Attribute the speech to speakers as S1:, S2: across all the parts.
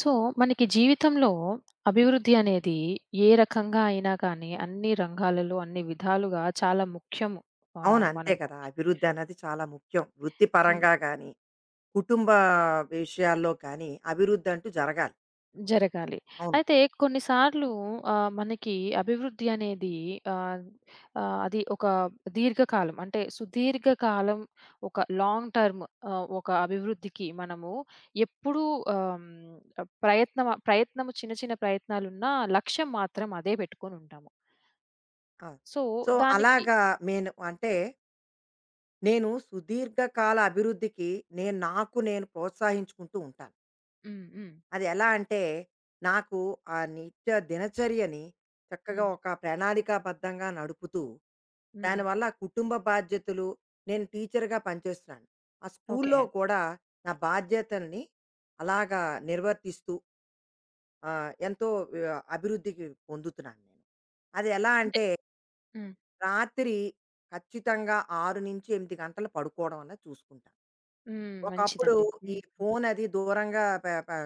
S1: So, మనకి జీవితంలో అభివృద్ధి అనేది ఏ రకంగా అయినా కానీ అన్ని రంగాలలో, అన్ని విధాలుగా చాలా ముఖ్యము.
S2: అవును. అంతే
S1: మనము
S2: కదా! అభివృద్ధన్నది చాలా ముఖ్యం.
S1: హ్మ్.
S2: వృత్తిపరంగా గానీ, కుటుంబ విషయాల్లో కానీ అభివృద్ధంటూ జరగాలి.
S1: జరగాలి.
S2: అవును.
S1: అయితే కొన్నిసార్లు మనకి అభివృద్ధి అనేది ఆహ్, ఆహ్, అది ఒక దీర్ఘకాలం అంటే సుదీర్ఘకాలం ఒక లాంగ్ టర్మ్, ఒక అభివృద్ధికి మనము ఎప్పుడూ ప్రయత్నము చిన్న చిన్న ప్రయత్నాలున్నా లక్ష్యం మాత్రం అదే పెట్టుకొనుంటాము.
S2: ఆ!
S1: సో,
S2: సో,
S1: దానికి.
S2: అలాగా నేను అంటే, నేను సుదీర్ఘకాల అభివృద్ధికి నేను ప్రోత్సహించుకుంటూ ఉంటాను.
S1: హ్మ్. హ్మ్.
S2: అది ఎలా అంటే, నాకు ఆ నిత్య దినచర్యని చక్కగా
S1: హ్మ్.
S2: ఒక ప్రణాళికాబద్ధంగా నడుపుతూ,
S1: హ్మ్.
S2: దానివల్ల కుటుంబ బాధ్యతలు నేను టీచర్‌గా పనిచేస్తున్నాను. ఆ
S1: ఓకే.
S2: స్కూల్లో కూడా నా బాధ్యతల్ని అలాగా నిర్వర్తిస్తూ ఎంతో అభివృద్ధికి పొందుతున్నాను నేను. అది ఎలా
S1: అంటే.
S2: అంటే
S1: హ్మ్.
S2: రాత్రి ఖచ్చితంగా 6-8 గంటలు పడుకోవడం అన్నది చూసుకుంటాను.
S1: హ్మ్.
S2: ఒకప్పుడు
S1: మంచిదండి.
S2: ఈ
S1: హ్మ్.
S2: ఫోన్ అది దూరంగా పె పె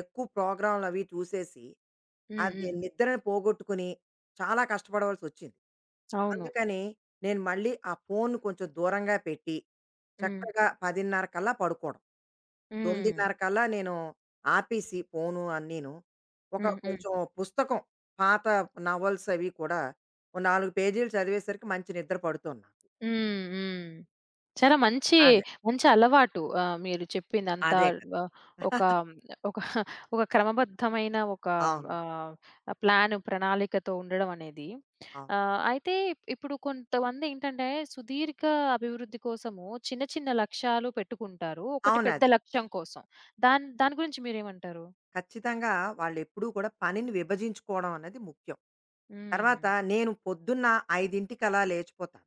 S2: ఎక్కువ ప్రోగ్రామ్‌లు అవి చూసేసి,
S1: హ్మ్.
S2: అది
S1: హ్మ్.
S2: నిద్రని పోగొట్టుకుని చాలా కష్టపడవలసొచ్చింది.
S1: అవును.
S2: అందుకని నేను మళ్ళీ ఆ ఫోన్ కొంచెం దూరంగా పెట్టి,
S1: హ్మ్.
S2: చక్కగా 10:30 కల్లా పడుకోవడం.
S1: హ్మ్.
S2: 9:30 కల్లా నేను ఆపేసి ఫోను అన్నీను. ఒక
S1: హ్మ్. హ్మ్.
S2: కొంచెం పుస్తకం పాత నవల్స్ అవి కూడా ఓ 4 పేజీలు చదివేసరికి మంచి నిద్ర పడుతుంది నాకు.
S1: హ్మ్. హ్మ్. చాలా మంచి,
S2: అదే.
S1: మంచి అలవాటు. మీరు చెప్పిందంతా
S2: అదే కదా!
S1: ఆహ్, ఒక ఒక ఒక క్రమబద్ధమైన ఒక
S2: అవును.
S1: ఆహ్, ప్లాను, ప్రణాళికతో ఉండడం అనేది.
S2: అవును.
S1: అయితే ఇప్పుడు కొంతమంది ఏంటంటే, సుదీర్ఘ అభివృద్ధి కోసము చిన్న, చిన్న లక్ష్యాలు పెట్టుకుంటారు. ఒకటి పెద్ద
S2: అవునదే.
S1: లక్ష్యం కోసం. దాని దాని గురించి మీరేమంటారు?
S2: ఖచ్చితంగా వాళ్ళెప్పుడూ కూడా పనిని విభజించుకోవడం అన్నది ముఖ్యం. తర్వాత
S1: హ్మ్.
S2: నేను పొద్దున్న 5:00కలా లేచిపోతాను.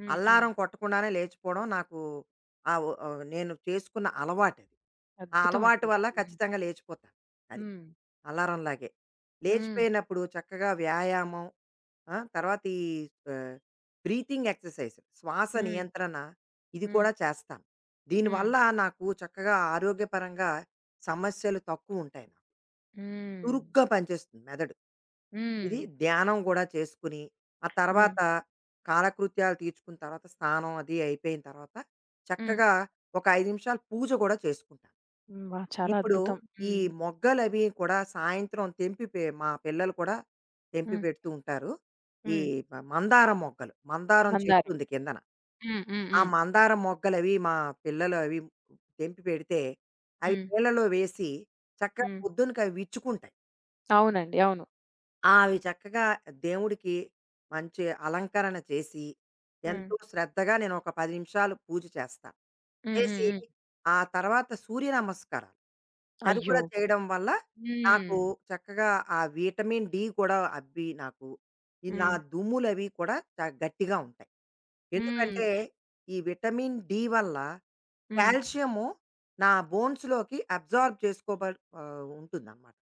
S1: హ్మ్. హ్మ్.
S2: అల్లారం కొట్టకుండానే లేచిపోవడం నాకు నేను చేసుకున్న అలవాటది. ఆ
S1: అద్భుతం
S2: అలవాటు
S1: అండి.
S2: వల్ల ఖచ్చితంగా లేచిపోతాను. అది.
S1: హ్మ్.
S2: అల్లారంలాగే.
S1: హ్మ్.
S2: లేచిపోయినప్పుడు చక్కగా వ్యాయామం, ఆ! తర్వాత ఈ ఆహ్, బ్రీతింగ్ ఎక్సర్‌సైజ్ శ్వాస
S1: హ్మ్.
S2: నియంత్రణ ఇది
S1: హ్మ్.
S2: కూడా చేస్తాను.
S1: హ్మ్.
S2: దీనివల్ల నాకు చక్కగా ఆరోగ్యపరంగా సమస్యలు తక్కువుంటాయి నాకు.
S1: హ్మ్.
S2: చురుగ్గా పనిచేస్తుంది మెదడు.
S1: హ్మ్.
S2: ఇది ధ్యానం గూడా చేసుకుని, ఆ
S1: హ్మ్. హ్మ్.
S2: తర్వాత కాలకృత్యాలు తీర్చుకున్న తర్వాత స్నానం అది అయిపోయిన తర్వాత
S1: హ్మ్.
S2: చక్కగా ఒక 5 నిమిషాలు పూజ గూడా చేసుకుంటాను.
S1: హ్మ్. వాహ్! చాలా
S2: ఇప్పుడు
S1: అద్భుతం.
S2: ఈ
S1: హ్మ్.
S2: మొగ్గలవి కూడా సాయంత్రం తెంపి మా పిల్లలు కూడా తెంపి
S1: హ్మ్.
S2: పెడుతూ ఉంటారు. ఈ
S1: హ్మ్.
S2: మందారం మొగ్గలు. మందారం చెట్టు
S1: మందారం.
S2: ఉంది కిందన.
S1: హ్మ్. హ్మ్.
S2: ఆ
S1: హ్మ్.
S2: మందారం మొగ్గలవి మా పిల్లలు అవి తెంపి పెడితే, అవి
S1: హ్మ్.
S2: నీళ్ళలో వేసి చక్కగా
S1: హ్మ్.
S2: పొద్దునకవి విచ్చుకుంటాయి.
S1: అవునండి. అవును.
S2: ఆ అవి చక్కగా దేవుడికి మంచి అలంకరణ చేసి,
S1: హ్మ్.
S2: ఎంతో శ్రద్ధగా నేను ఒక 10 నిమిషాలు పూజ చేస్తా.
S1: హ్మ్. హ్మ్.
S2: చేసి,
S1: హ్మ్.
S2: ఆ తర్వాత సూర్య నమస్కారాలు. అది కూడా
S1: అయ్యో!
S2: చేయడం వల్ల నాకు
S1: హ్మ్.
S2: చక్కగా ఆ విటమిన్ డి కూడా అబ్బి నాకు ఈ నా
S1: హ్మ్.
S2: దుమ్ములవి కూడా గట్టిగా ఉంటాయి.
S1: హ్మ్.
S2: ఎందుకంటే, ఈ విటమిన్ డి వల్ల
S1: హ్మ్.
S2: కాల్షియము నా బోన్స్‌లోకి అబ్జార్బ్ చేసుకోబడి ఉంటుందనమాట.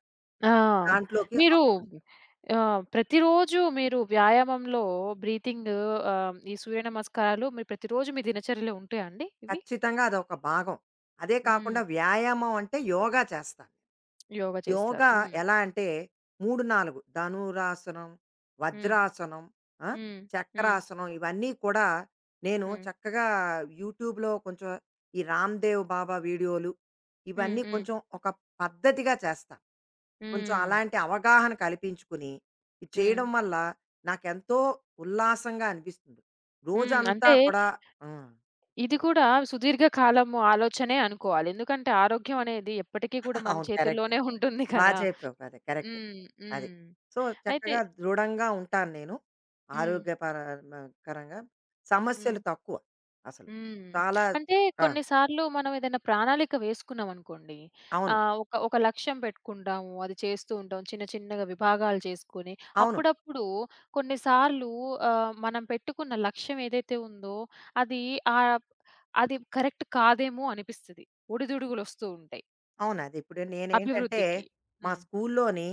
S1: ఆ!
S2: దాంట్లోకి
S1: మీరు
S2: అబ్బుతుంది.
S1: ప్రతిరోజు మీరు వ్యాయామంలో బ్రీతింగ్, ఈ సూర్య నమస్కారాలు మీరు ప్రతిరోజు మీ దినచర్యలో ఉంటాయా అండి ఇవి?
S2: ఖచ్చితంగా అదొక భాగం. అదే కాకుండా
S1: హ్మ్.
S2: వ్యాయామం అంటే యోగా చేస్తాను.
S1: యోగ చేస్తారు.
S2: యోగా
S1: హ్మ్.
S2: ఎలా అంటే 3, 4 ధనురాసనం,
S1: హ్మ్.
S2: వజ్రాసనం, ఆ!
S1: హ్మ్. హ్మ్.
S2: చక్రాసనం ఇవన్నీ కూడా నేను
S1: హ్మ్.
S2: చక్కగా యూట్యూబ్‌లో కొంచెం ఈ రామ్‌దేవ్ బాబా వీడియోలు
S1: హ్మ్.
S2: ఇవన్నీ
S1: హ్మ్.
S2: కొంచెం ఒక పద్ధతిగా చేస్తాను. కొంచెం
S1: హ్మ్.
S2: అలాంటి అవగాహన కల్పించుకుని ఇది
S1: హ్మ్.
S2: చేయడం వల్ల నాకెంతో ఉల్లాసంగా అనిపిస్తుంది.
S1: హ్మ్.
S2: రోజంతా
S1: అంటే
S2: కూడా హ్మ్.
S1: ఇది కూడా సుదీర్ఘ కాలము ఆలోచనే అనుకోవాలి. ఎందుకంటే ఆరోగ్యం అనేది ఎప్పటికీ కూడా మన
S2: అవును. కరెక్ట్.
S1: చేతుల్లోనే ఉంటుంది
S2: బా
S1: కదా!
S2: చెప్పావు కదా! కరెక్ట్.
S1: హ్మ్.
S2: అది.
S1: హ్మ్.
S2: సో,
S1: అయితే.
S2: చక్కగా దృఢంగా ఉంటాను నేను.
S1: హ్మ్.
S2: ఆరోగ్యపరమ కరంగా
S1: హ్మ్.
S2: సమస్యలు తక్కువ అసలు.
S1: హ్మ్.
S2: చాలా చ
S1: అంటే
S2: ఆ!
S1: కొన్ని సార్లు మనం ఏదైనా ప్రణాళిక వేసుకున్నామనుకోండి.
S2: అవును.
S1: ఒక ఒక లక్ష్యం పెట్టుకుంటాము. అది చేస్తూ ఉంటాం. చిన్న చిన్నగా విభాగాలు చేసుకొని,
S2: అవును.
S1: అప్పుడప్పుడు, కొన్నిసార్లు మనం పెట్టుకున్న లక్ష్యం ఏదైతే ఉందో అది ఆహ్, అది కరెక్ట్ కాదేమో అనిపిస్తది. ఒడిదుడుగులొస్తూ ఉంటాయి.
S2: అవును. అది ఇప్పుడు నేనేంటంటే,
S1: అభివృద్ధికి.
S2: మా
S1: హ్మ్.
S2: స్కూల్లోని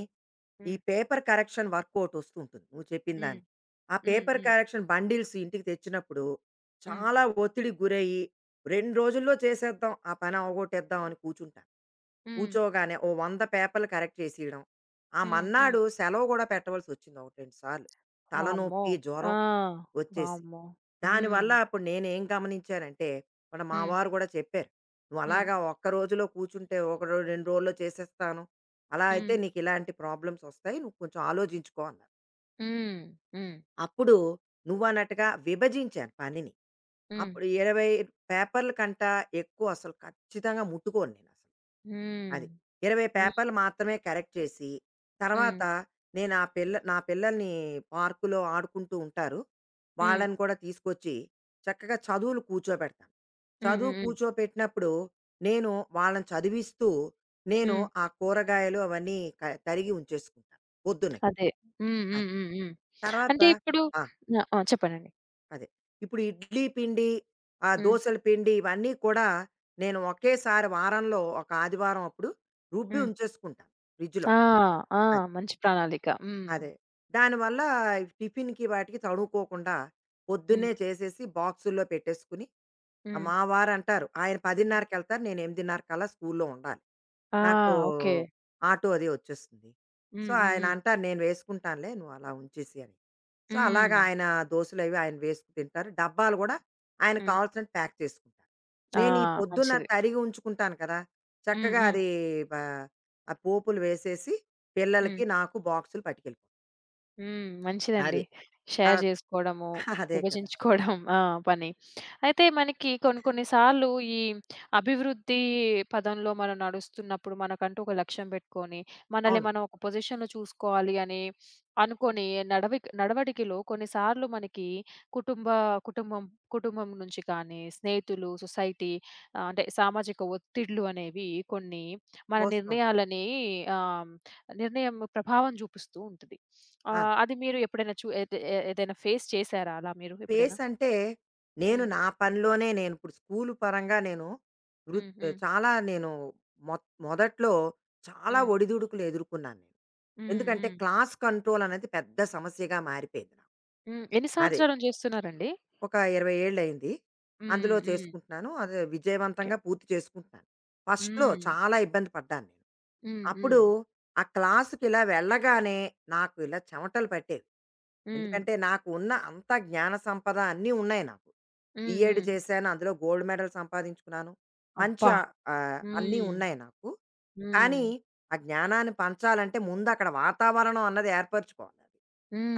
S2: ఈ
S1: హ్మ్.
S2: పేపర్ కరెక్షన్ వర్క్ ఒకటొస్తూ ఉంటుంది నువ్వు చెప్పిన
S1: హ్మ్.
S2: దానికి. ఆ
S1: హ్మ్.
S2: పేపర్
S1: హ్మ్.
S2: కరెక్షన్ బండిల్స్ ఇంటికి తెచ్చినప్పుడు
S1: హ్మ్.
S2: చాలా ఒత్తిడికి గురయ్యి, 2 రోజుల్లో చేసేద్దాం, ఆ పని అవగొట్టేద్దాం అని కూర్చుంటాను.
S1: హ్మ్.
S2: కూర్చోగానే ఓ 100 పేపర్లు కరెక్ట్ చేసేయడం. ఆ
S1: హ్మ్. హ్మ్.
S2: మన్నాడు సెలవు గూడా పెట్టవలసొచ్చింది 1, 2 సార్లు.
S1: వామ్మో!
S2: తలనొప్పి, జ్వరం
S1: ఆ!
S2: వచ్చేసి.
S1: వామ్మో! హ్మ్.
S2: దానివల్ల అప్పుడు నేనేం గమనించానంటే, మా
S1: హ్మ్.
S2: వారు గూడా చెప్పారు. "నువ్వు
S1: హ్మ్.
S2: అలాగా ఒక్క రోజులో కూర్చుంటే, ఒక రో 2 రోజుల్లో చేసేస్తాను. అలా అయితే
S1: హ్మ్.
S2: నీకిలాంటి ప్రాబ్లమ్స్ వస్తాయి. నువ్వు కొంచెం ఆలోచించుకో" అన్నారు.
S1: హ్మ్. హ్మ్.
S2: అప్పుడు నువ్వన్నట్టుగా విభజించాను పనిని.
S1: హ్మ్.
S2: అప్పుడు 20 పేపర్ల కంట ఎక్కువ అసలు ఖచ్చితంగా ముట్టుకోను నేనసలు.
S1: హ్మ్.
S2: అది. 20
S1: హ్మ్.
S2: పేపర్లు మాత్రమే కరెక్ట్ చేసి,
S1: హ్మ్.
S2: తర్వాత నేను ఆ పిల్ల నా పిల్లల్ని పార్కులో ఆడుకుంటూ ఉంటారు.
S1: హ్మ్.
S2: వాళ్ళని కూడా తీసుకొచ్చి చక్కగా చదువులు కూర్చోబెడతాను.
S1: హ్మ్.
S2: చదువు
S1: హ్మ్.
S2: కూర్చోపెట్టినప్పుడు నేను వాళ్ళని చదివిస్తూ, నేను
S1: హ్మ్.
S2: ఆ కూరగాయలు అవన్నీ తరిగి ఉంచేసుకుంటాను పొద్దున్నే.
S1: అదే. హ్మ్. హ్మ్.
S2: అది.
S1: హ్మ్. హ్మ్.
S2: తర్వాత
S1: అంటే ఇప్పుడు.
S2: ఆ!
S1: ఆ! ఆ! చెప్పండండి.
S2: అదే. ఇప్పుడు ఇడ్లీ పిండి, ఆ
S1: హ్మ్.
S2: దోసల పిండి ఇవన్నీ కూడా నేను ఒకేసారి వారంలో ఒక ఆదివారం అప్పుడు రుబ్బి
S1: హ్మ్.
S2: ఉంచేసుకుంటాను ఫ్రిడ్జ్‌లో.
S1: ఆ! ఆ!
S2: అది.
S1: మంచి ప్రణాళిక. హ్మ్.
S2: అదే. దానివల్ల టిఫిన్‌కి వాటికి తడుముకోకుండా పొద్దున్నే
S1: హ్మ్.
S2: చేసేసి బాక్సుల్లో పెట్టేసుకొని ఆ
S1: హ్మ్.
S2: మా వారంటారు. ఆయన
S1: హ్మ్.
S2: 10:30కెళ్తారు. నేను 8:30 కల్లా స్కూల్లో ఉండాలి.
S1: ఆ!
S2: నాకు
S1: ఓకే.
S2: ఆటో అది వచ్చేస్తుంది. సో,
S1: హ్మ్. హ్మ్.
S2: ఆయన
S1: హ్మ్.
S2: అంటారు, "నేను వేసుకుంటానులే నువ్వు అలా ఉంచేసి" అని. సో,
S1: హ్మ్.
S2: అలాగా ఆయన దోసెలవి ఆయన వేసుకు తింటారు. డబ్బాలు గూడా ఆయనకు
S1: హ్మ్.
S2: కావాల్సినట్టు ప్యాక్ చేసుకుంటారు.
S1: ఆ!
S2: నేను ఈ పొద్దున్న
S1: మంచిది.
S2: తరిగి ఉంచుకుంటాను కదా!
S1: హ్మ్.
S2: చక్కగా
S1: హ్మ్.
S2: అది బ ఆ పోపులు వేసేసి
S1: హ్మ్.
S2: పిల్లలకి, నాకు బాక్సులు పట్టుకెళ్ళిపోతాను.
S1: హ్మ్. మంచిదండి.
S2: అది. ఆ!
S1: షేర్ జేసుకోవడము,
S2: అదే కదా!
S1: విభజించుకోవడం. ఆ! పని. అయితే మనకి కొన్ని కొన్ని సార్లు ఈ అభివృద్ధి పదంలో మనం నడుస్తున్నప్పుడు మనకంటూ ఒక లక్ష్యం పెట్టుకొని, మనల్ని
S2: అవును.
S1: మనం ఒక పొజిషన్‌లో చూసుకోవాలి అని అనుకోని నడవడికలో కొన్నిసార్లు మనకి కుటుంబ కుటుంబం కుటుంబం నుంచి కానీ, స్నేహితులు, సొసైటీ, అంటే సామాజిక ఒత్తిడ్లు అనేవి కొన్ని మన
S2: మోస్తూ ఉంటాను.
S1: నిర్ణయాలని, ఆహ్, నిర్ణయం ప్రభావం చూపిస్తూ ఉంటది. ఆ!
S2: ఆ!
S1: అది మీరు ఎప్పుడైనా చు ఏద్ ఏ ఏదైనా ఫేస్ చేసారా అలా మీరు ఎప్పుడైనా?
S2: స్పేస్ అంటే, నేను
S1: హ్మ్.
S2: నా పనిలోనే నేను ఇప్పుడు స్కూలు పరంగా నేను వృత్
S1: హ్మ్. హ్మ్.
S2: చాలా నేను మొ మొదట్లో చాలా
S1: హ్మ్.
S2: ఒడిదుడుకులు ఎదుర్కొన్నాను నేను.
S1: హ్మ్.
S2: ఎందుకంటే,
S1: హ్మ్.
S2: క్లాస్ కంట్రోల్ అనేది పెద్ద సమస్యగా మారిపోయింది నాకు.
S1: హ్మ్. ఎన్ని
S2: అదే.
S1: సంవత్సరాల నుంచి చేస్తున్నారండి?
S2: ఒక 20 ఏళ్ళయింది.
S1: హ్మ్.
S2: అందులో
S1: హ్మ్.
S2: చేసుకుంటున్నాను. అది
S1: ఓకే.
S2: విజయవంతంగా పూర్తి చేసుకుంటున్నాను. ఫస్ట్‌లో
S1: హ్మ్.
S2: చాలా ఇబ్బంది పడ్డాను నేను.
S1: హ్మ్.
S2: అప్పుడు
S1: హ్మ్.
S2: ఆ క్లాస్‌కిలా వెళ్ళగానే నాకు ఇలా చెమటలు పట్టేవి.
S1: హ్మ్.
S2: ఎందుకంటే నాకు ఉన్న అంత జ్ఞాన సంపద అన్నీ ఉన్నాయి నాకు.
S1: హ్మ్.
S2: బీఎడ్
S1: హ్మ్.
S2: చేశాను. అందులో గోల్డ్ మెడల్ సంపాదించుకున్నాను. మంచి
S1: అబ్బా!
S2: అన్నీ
S1: హ్మ్.
S2: ఉన్నాయి నాకు.
S1: హ్మ్.
S2: కానీ, ఆ జ్ఞానాన్ని పంచాలంటే ముందక్కడ వాతావరణం అన్నది ఏర్పరచుకోవాలి. అది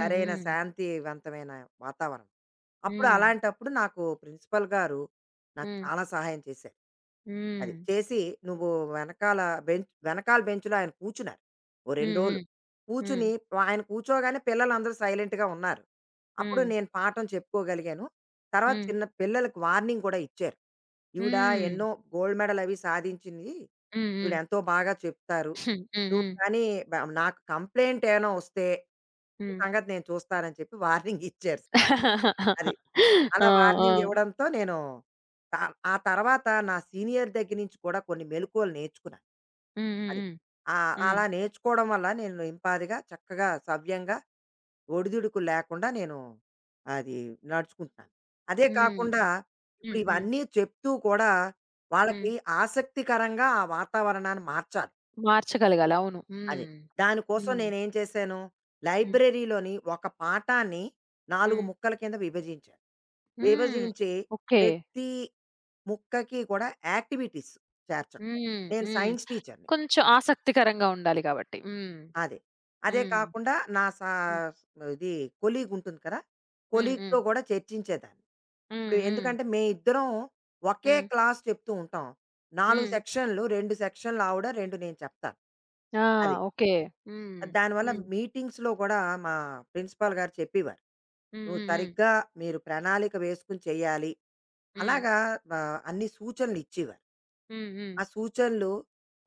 S2: సరైన శాంతివంతమైన వాతావరణం. అప్పుడు
S1: హ్మ్.
S2: అలాంటప్పుడు నాకు ప్రిన్సిపల్ గారు నాకు
S1: హ్మ్.
S2: చాలా సహాయం చేశారు. అది.
S1: హ్మ్.
S2: చేసి నువ్వు వెనకాల వెనకాల బెంచ్‌లో ఆయన కూర్చున్నారు. ఓ 2
S1: హ్మ్.
S2: రోజులు.
S1: హ్మ్.
S2: కూర్చుని ఆయన కూర్చోగానే పిల్లలందరూ సైలెంట్‌గా ఉన్నారు. అప్పుడు
S1: హ్మ్.
S2: నేను పాఠం చెప్పుకోగలిగాను.
S1: హ్మ్.
S2: తర్వాత
S1: హ్మ్.
S2: చిన్న పిల్లలకి వార్నింగ్ కూడా ఇచ్చారు. ఈవిడ
S1: హ్మ్.
S2: ఎన్నో గోల్డ్ మెడల్ అవి సాధించింది.
S1: హ్మ్. హ్మ్.
S2: ఈవిడెంతో బాగా చెప్తారు.
S1: హ్మ్. హ్మ్.
S2: నువ్వు
S1: హ్మ్.
S2: కానీ బ నాకు కంప్లెయింట్ ఏమైనా వస్తే, నీ
S1: హ్మ్.
S2: సంగతి నేను చూస్తానని చెప్పి వార్నింగ్ ఇచ్చారు సార్. అది. అలా
S1: ఆ! ఆ!
S2: వార్నింగ్ ఇవ్వడంతో నేను త ఆ తర్వాత నా సీనియర్ దగ్గర నుంచి కూడా కొన్ని మెళకువలు నేర్చుకున్నాను.
S1: హ్మ్.
S2: అది.
S1: హ్మ్. హ్మ్.
S2: అలా నేర్చుకోవడం వల్ల నేను ఇంపాదిగా చక్కగా సవ్యంగా ఒడిదుడుకులు లేకుండా నేను అది నడుచుకుంటున్నాను. అదే
S1: హ్మ్.
S2: కాకుండా
S1: హ్మ్.
S2: ఇప్పుడు
S1: హ్మ్. హ్మ్.
S2: ఇవన్నీ చెప్తూ కూడా
S1: హ్మ్.
S2: వాళ్ళకి ఆసక్తికరంగా ఆ వాతావరణాన్ని మార్చాలి.
S1: మార్చగలగాలి. అవును.
S2: అది.
S1: హ్మ్.
S2: దానికోసం
S1: హ్మ్.
S2: నేనేం చేశాను,
S1: హ్మ్.
S2: లైబ్రరీలోని ఒక పాఠాన్ని 4
S1: హ్మ్.
S2: ముక్కల కింద విభజించాను.
S1: హ్మ్.
S2: విభజించి
S1: ఓకే.
S2: ప్రతి ముక్కకి కూడా యాక్టివిటీస్ చేర్చడం.
S1: హ్మ్.
S2: నేను
S1: హ్మ్.
S2: సైన్స్ టీచర్‌ని.
S1: కొంచెం ఆసక్తికరంగా ఉండాలి కాబట్టి. హ్మ్.
S2: అదే. అదే
S1: హ్మ్.
S2: కాకుండా నా సా
S1: హ్మ్.
S2: ఇది కొలీగ్ ఉంటుంది కదా!
S1: హ్మ్.
S2: కొలీగ్‌తో
S1: హ్మ్.
S2: కూడా చర్చించేదాన్ని.
S1: హ్మ్.
S2: ఇప్పుడు
S1: హ్మ్.
S2: ఎందుకంటే మేమిద్దరం ఒకే
S1: హ్మ్.
S2: క్లాస్ చెప్తూ ఉంటాం. 4
S1: హ్మ్.
S2: సెక్షన్‌లు, 2 సెక్షన్‌లు ఆవిడ, 2 నేను చెప్తాను.
S1: ఆ!
S2: అది.
S1: ఓకే. హ్మ్.
S2: దానివల్ల
S1: హ్మ్.
S2: మీటింగ్స్‌లో కూడా మా ప్రిన్సిపాల్ గారు చెప్పేవారు.
S1: హ్మ్.
S2: "నువ్వు
S1: హ్మ్.
S2: సరిగ్గా మీరు ప్రణాళిక వేసుకొని చేయాలి."
S1: హ్మ్.
S2: అలాగా అన్ని సూచనలిచ్చేవారు.
S1: హ్మ్. హ్మ్.
S2: ఆ సూచనలు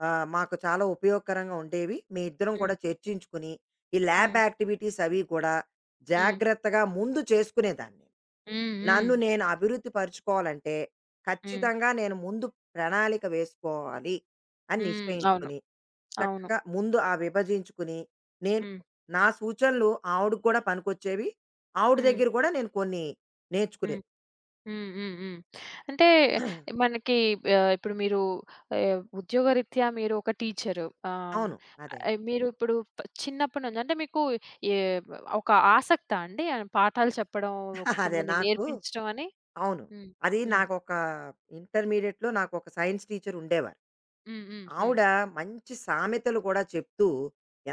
S2: మాకు చాలా ఉపయోగకరంగా ఉండేవి. మీ ఇద్దరం
S1: హ్మ్.
S2: కూడా చర్చించుకుని, ఈ ల్యాబ్
S1: హ్మ్.
S2: యాక్టివిటీస్ అవి కూడా
S1: హ్మ్. హ్మ్.
S2: జాగ్రత్తగా ముందు చేసుకునేదాన్ని.
S1: హ్మ్. హ్మ్.
S2: నన్ను నేను అభివృద్ధి పరుచుకోవాలంటే,
S1: హ్మ్.
S2: ఖచ్చితంగా నేను ముందు ప్రణాళిక వేసుకోవాలి అని
S1: హ్మ్. అవును.
S2: నిశ్చయించుకుని,
S1: అవును.
S2: చక్కగా ముందు ఆ విభజించుకుని, నేను
S1: హ్మ్.
S2: నా సూచనలు ఆవిడకి కూడా పనికొచ్చేవి. ఆవిడ
S1: హ్మ్.
S2: దగ్గర కూడా నేను కొన్ని
S1: హ్మ్.
S2: నేర్చుకునేది.
S1: హ్మ్. హ్మ్. హ్మ్. అంటే మనకి ఇప్పుడు మీరు ఉద్యోగరీత్యా మీరు ఒక టీచరు. ఆహ్,
S2: అవును. అదే.
S1: ఆహ్, మీరు ఇప్పుడు చిన్నప్పటి నుంచి అంటే మీకు ఏ ఒక ఆసక్తా అండి? పాఠాలు చెప్పడం, ఒక
S2: అదే
S1: కొంతమందికి
S2: నాకు
S1: నేర్పించడం అని?
S2: అవును.
S1: హ్మ్.
S2: అది
S1: హ్మ్.
S2: నాకొక ఇంటర్మీడియేట్‌లో నాకొక సైన్స్ టీచర్ ఉండేవారు.
S1: హ్మ్. హ్మ్. హ్మ్.
S2: ఆవిడ మంచి సామెతలు కూడా చెప్తూ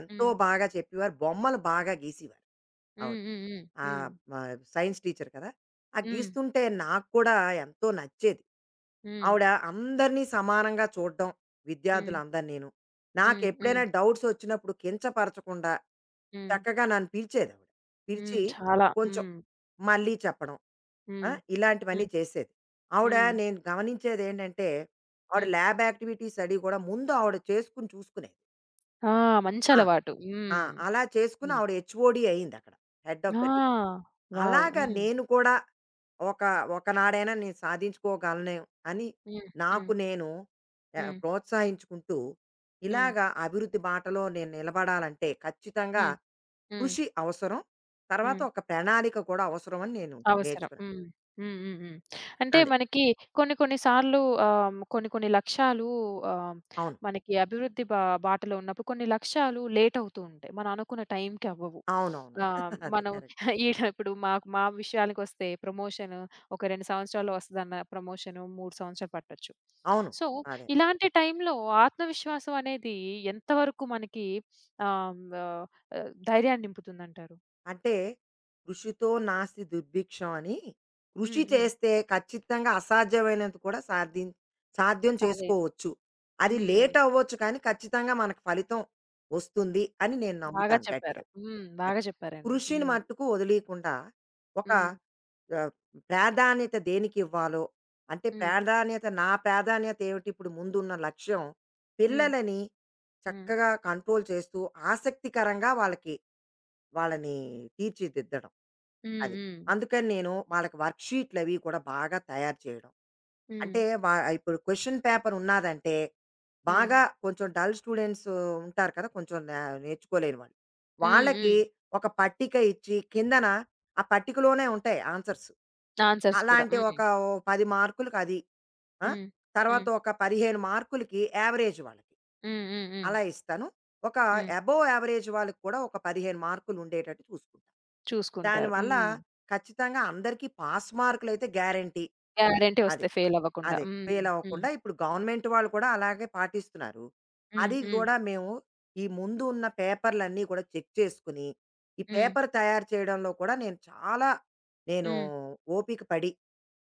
S2: ఎంతో
S1: హ్మ్.
S2: బాగా చెప్పేవారు. బొమ్మలు బాగా గీసేవారు ఆవిడ.
S1: హ్మ్.
S2: ఆ!
S1: హ్మ్.
S2: మా సైన్స్ టీచర్ కదా! ఆ
S1: హ్మ్.
S2: గీస్తుంటే నాకు కూడా ఎంతో నచ్చేది.
S1: హ్మ్.
S2: ఆవిడ అందరినీ సమానంగా చూడడం,
S1: హ్మ్. హ్మ్.
S2: విద్యార్థులందరినీను.
S1: హ్మ్. హ్మ్.
S2: నాకెప్పుడైనా డౌట్స్ వచ్చినప్పుడు కించపరచకుండా
S1: హ్మ్.
S2: చక్కగా నన్ను పిలిచేదావిడ. పిలిచి
S1: హ్మ్. చాలా.
S2: కొంచెం
S1: హ్మ్.
S2: మళ్ళీ చెప్పడం. ఆ!
S1: హ్మ్.
S2: ఇలాంటివన్నీ
S1: హ్మ్.
S2: చేసేది. ఆవిడ
S1: హ్మ్.
S2: నేను గమనించేదేంటంటే, ఆవిడ
S1: హ్మ్.
S2: ల్యాబ్ యాక్టివిటీస్ అవి కూడా ముందు ఆవిడ చేసుకొని చూసుకునేది.
S1: ఆ! మంచి
S2: ఆ!
S1: అలవాటు.
S2: ఆ!
S1: హ్మ్.
S2: అలా చేసుకొని
S1: హ్మ్.
S2: ఆవిడ హెచ్ఓడి అయిందక్కడ. హెడ్ ఆఫ్
S1: ఆ!
S2: ద డిపా
S1: వావ్!
S2: అలాగా
S1: హ్మ్.
S2: నేను కూడా ఒక ఒకనాడైనా నేను సాధించుకోగలను అని
S1: హ్మ్. హ్మ్.
S2: నాకు నేను
S1: హ్మ్.
S2: ప్రోత్సహించుకుంటూ
S1: హ్మ్.
S2: ఇలాగా అభివృద్ధి బాటలో నేను నిలబడాలంటే ఖచ్చితంగా
S1: హ్మ్. హ్మ్.
S2: కృషి అవసరం తర్వాత
S1: హ్మ్.
S2: ఒక ప్రణాళిక కూడా అవసరం అని నేను
S1: అవసరం.
S2: నేర్చుకున్నాను
S1: హ్మ్. హ్మ్. హ్మ్. హ్మ్. అంటే
S2: అదే
S1: మనకి కొన్ని కొన్ని సార్లు కొన్ని కొన్ని లక్ష్యాలు, ఆహ్,
S2: అవును
S1: మనకి అభివృద్ధి బాటలో ఉన్నప్పుడు కొన్ని లక్ష్యాలు లేట్ అవుతూ ఉంటాయి. మనం అనుకున్న టైంకి అవ్వవు.
S2: అవునవును
S1: ఆహ్,
S2: అదే
S1: మనం
S2: కరెక్ట్
S1: ఈడ ఇప్పుడు మాకు మా విషయానికొస్తే ప్రమోషన్ ఒక 2 సంవత్సరాల్లో వస్తదన్న ప్రమోషన్ 3 సంవత్సరాలు పట్టొచ్చు.
S2: అవును
S1: సో,
S2: అదే
S1: ఇలాంటి టైంలో ఆత్మవిశ్వాసం అనేది ఎంతవరకు మనకి ఆహ్, ఆహ్, ధైర్యాన్ని నింపుతుందంటారు?
S2: అంటే కృషితో నాస్తి దుర్భిక్షం అని కృషి
S1: హ్మ్. హ్మ్.
S2: చేస్తే ఖచ్చితంగా అసాధ్యమైనంత కూడా సాధ్యం సాధ్యం
S1: సాదే.
S2: చేసుకోవచ్చు. అది
S1: హ్మ్.
S2: లేట్ అవ్వచ్చు కానీ ఖచ్చితంగా మనకు ఫలితం వస్తుంది అని నేను
S1: బాగా
S2: నమ్ముతాను గట్టిగా.
S1: చెప్పారు. హ్మ్.
S2: అది.
S1: బాగా చెప్పారండి.
S2: కృషిని
S1: హ్మ్.
S2: మట్టుకు వదిలీకుండా ఒక
S1: హ్మ్.
S2: ఆహ్, ప్రాధాన్యత దేనికివ్వాలో అంటే
S1: హ్మ్.
S2: నా ప్రాధాన్యత ఏమిటి ఇప్పుడు ముందున్న లక్ష్యం
S1: హ్మ్.
S2: పిల్లలని
S1: హ్మ్.
S2: చక్కగా కంట్రోల్ చేస్తూ ఆసక్తికరంగా వాళ్ళని తీర్చిదిద్దడం.
S1: హ్మ్.
S2: అది.
S1: హ్మ్.
S2: అందుకని నేను వాళ్ళకి వర్క్‌షీట్లు అవి కూడా బాగా తయారు చేయడం.
S1: హ్మ్.
S2: అంటే ఇప్పుడు క్వెషన్ పేపర్ ఉన్నాదంటే,
S1: హ్మ్.
S2: బాగా కొంచెం డల్ స్టూడెంట్స్ ఉంటారు కదా! కొంచెం నేర్చుకోలేని వాళ్ళు.
S1: హ్మ్.
S2: వాళ్ళకి
S1: హ్మ్.
S2: ఒక పట్టిక ఇచ్చి, కిందన ఆ పట్టికలోనే ఉంటాయి ఆన్సర్స్.
S1: ఆన్సర్స్ కూడా.
S2: అలాంటి
S1: హ్మ్.
S2: ఒక ఓ 10 మార్కులకది. ఆ!
S1: హ్మ్. హ్మ్.
S2: తర్వాత ఒక 15 మార్కులకి యావరేజ్ వాళ్ళకి.
S1: హ్మ్. హ్మ్. హ్మ్.
S2: అలా ఇస్తాను. ఒక
S1: హ్మ్.
S2: అబోవ్ యావరేజ్ వాళ్ళకి కూడా ఒక 15 మార్కులుండేటట్టు చూసుకుంటాను.
S1: చూసుకుంటారు.
S2: దానివల్ల
S1: హ్మ్.
S2: ఖచ్చితంగా అందరికీ పాస్ మార్కులయితే గ్యారంటీ.
S1: గ్యారంటీ
S2: అది.
S1: వస్తాయి ఫెయిల్ అవ్వకుండా.
S2: అదే
S1: హ్మ్.
S2: ఫెయిల్
S1: హ్మ్.
S2: అవ్వకుండా ఇప్పుడు గవర్నమెంట్ వాళ్ళు కూడా అలాగే పాటిస్తున్నారు.
S1: హ్మ్.
S2: అది
S1: హ్మ్.
S2: గూడా మేము ఈ ముందు ఉన్న పేపర్‌లన్నీ కూడా చెక్ చేసుకుని, ఈ
S1: హ్మ్.
S2: పేపర్ తయారు చేయడంలో కూడా నేను
S1: హ్మ్.
S2: ఓపిక పడి,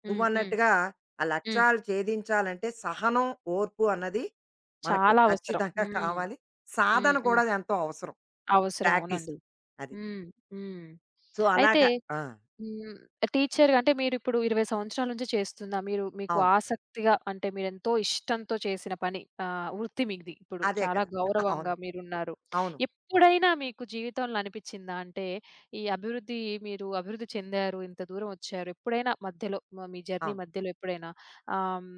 S1: హ్మ్. హ్మ్.
S2: నువ్వన్నట్టుగా ఆ
S1: హ్మ్.
S2: లక్ష్యాలు ఛేదించాలంటే సహనం, ఓర్పు అన్నది మనకి
S1: చాలా అవసరం.
S2: ఖచ్చితంగా
S1: హ్మ్.
S2: కావాలి.
S1: హ్మ్.
S2: సాధన
S1: హ్మ్.
S2: కూడా ఎంతో అవసరం
S1: అవసరం.
S2: ప్రాక్టీస్.
S1: అవునండి.
S2: అది.
S1: హ్మ్. హ్మ్.
S2: సో,
S1: అయితే.
S2: అలాగా ఆ!
S1: హ్మ్. టీచర్‌గా అంటే మీరిప్పుడు 20 సంవత్సరాల నుంచి చేస్తుందా? మీరు మీకు
S2: అవును.
S1: ఆసక్తిగా అంటే మీరెంతో ఇష్టంతో చేసిన పని, వృత్తి మీది ఇప్పుడు.
S2: అదే
S1: చాలా
S2: కదా!
S1: గౌరవంగా
S2: అవును.
S1: మీరున్నారు.
S2: అవును.
S1: ఎప్పుడైనా మీకు జీవితంలో అనిపిచ్చిందా? అంటే ఈ అభివృద్ధి, మీరు అభివృద్ధి చెందారు, ఇంత దూరం వచ్చారు. ఎప్పుడైనా మధ్యలో మీ జర్నీ
S2: అవును.
S1: మధ్యలో ఎప్పుడైనా ఆహ్, హ్మ్,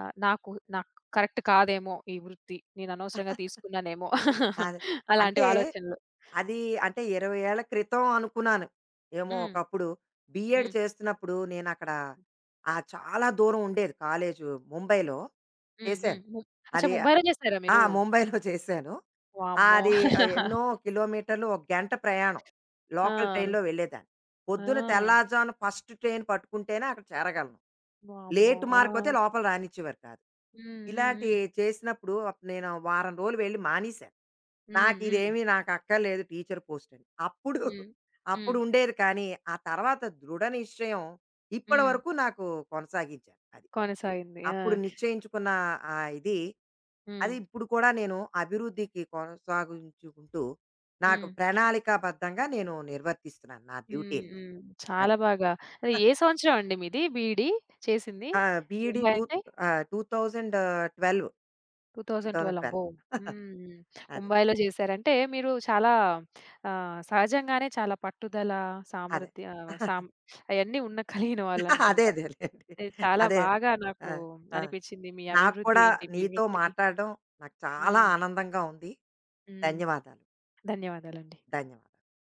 S1: నాకు నాకు కరెక్ట్ కాదేమో ఈ వృత్తి. నేను అనవసరంగా తీసుకున్నానేమో,
S2: అదే.
S1: అలాంటి
S2: అంటే
S1: ఆలోచనలు.
S2: అది అంటే 20 ఏళ్ల క్రితం అనుకున్నాను. ఏమో
S1: హ్మ్.
S2: ఒకప్పుడు బీఎడ్
S1: హ్మ్.
S2: చేస్తున్నప్పుడు నేనక్కడ చాలా దూరం ఉండేది కాలేజు ముంబైలో
S1: హ్మ్. హ్మ్.
S2: చేశాను.
S1: అచ్చా!
S2: అది
S1: ముంబైలో చేసారా
S2: ఆ!
S1: మీరు?
S2: ముంబైలో చేశాను.
S1: వామ్మో!
S2: అది ఎన్నో కిలోమీటర్లు ఒక గంట ప్రయాణం. లోకల్
S1: ఆ!
S2: ట్రైన్‌లో వెళ్ళేదాన్ని. పొద్దున
S1: ఆ!
S2: తెల్లారుజామున ఫస్ట్ ట్రైన్ పట్టుకుంటేనే అక్కడ చేరగలను.
S1: వామ్మో!
S2: లేట్
S1: ఆ!
S2: మార్క్ అయితే లోపల రానిచ్చేవారు కాదు. ఇలాంటి
S1: హ్మ్.
S2: చేసినప్పుడు అప్పుడు నేను వారం రోజులు వెళ్లి మానేశాను.
S1: హ్మ్. హ్మ్. హ్మ్.
S2: నాకిదేమీ నాకక్కర్లేదు టీచర్ పోస్టని. అప్పుడు
S1: హ్మ్. హ్మ్.
S2: అప్పుడు
S1: హ్మ్.
S2: ఉండేది కానీ, ఆ తర్వాత దృఢ నిశ్చయం ఇప్పటి
S1: హ్మ్.
S2: వరకు నాకు కొనసాగించాను అది.
S1: కొనసాగింది. ఆ!
S2: అప్పుడు నిశ్చయించుకున్న ఆ ఇది,
S1: హ్మ్.
S2: అది ఇప్పుడు కూడా నేను అభివృద్ధికి కొనసాగించుకుంటూ, నాకు
S1: హ్మ్.
S2: ప్రణాళికాబద్ధంగా నేను నిర్వర్తిస్తున్నాను నా
S1: హ్మ్.
S2: డ్యూటీలని.
S1: హ్మ్. చాలా
S2: అది.
S1: బాగా. అది ఏ సంవత్సరం అండి మీది బీఈడీ చేసింది?
S2: ఆ! బీఈడీ
S1: ముంబై
S2: టూ
S1: అంటే
S2: ఆ! 2012,
S1: 2012. అబ్బో!
S2: 2012
S1: హ్మ్.
S2: అదే.
S1: ముంబైలో చేశారంటే మీరు చాలా సహజంగానే చాలా పట్టుదల,
S2: అదే.
S1: సామర్థ్య, ఆహ్, సామ్ అయన్నీ ఉన్న కలిగిన
S2: అదే
S1: వాళ్ళనుకుంటా.
S2: అదేలెండి.
S1: ఇది చాలా
S2: అదే.
S1: బాగా
S2: ఆ!
S1: నాకు
S2: ఆ!
S1: అనిపించింది. మీ
S2: నాకు
S1: అభివృద్ధి
S2: కూడా
S1: ఏంటి? మీ
S2: నీతో
S1: వృత్తి.
S2: మాట్లాడడం నాకు చాలా
S1: హ్మ్.
S2: ఆనందంగా ఉంది.
S1: హ్మ్.
S2: ధన్యవాదాలు.
S1: ధన్యవాదాలండి.
S2: ధన్యవాదాలు.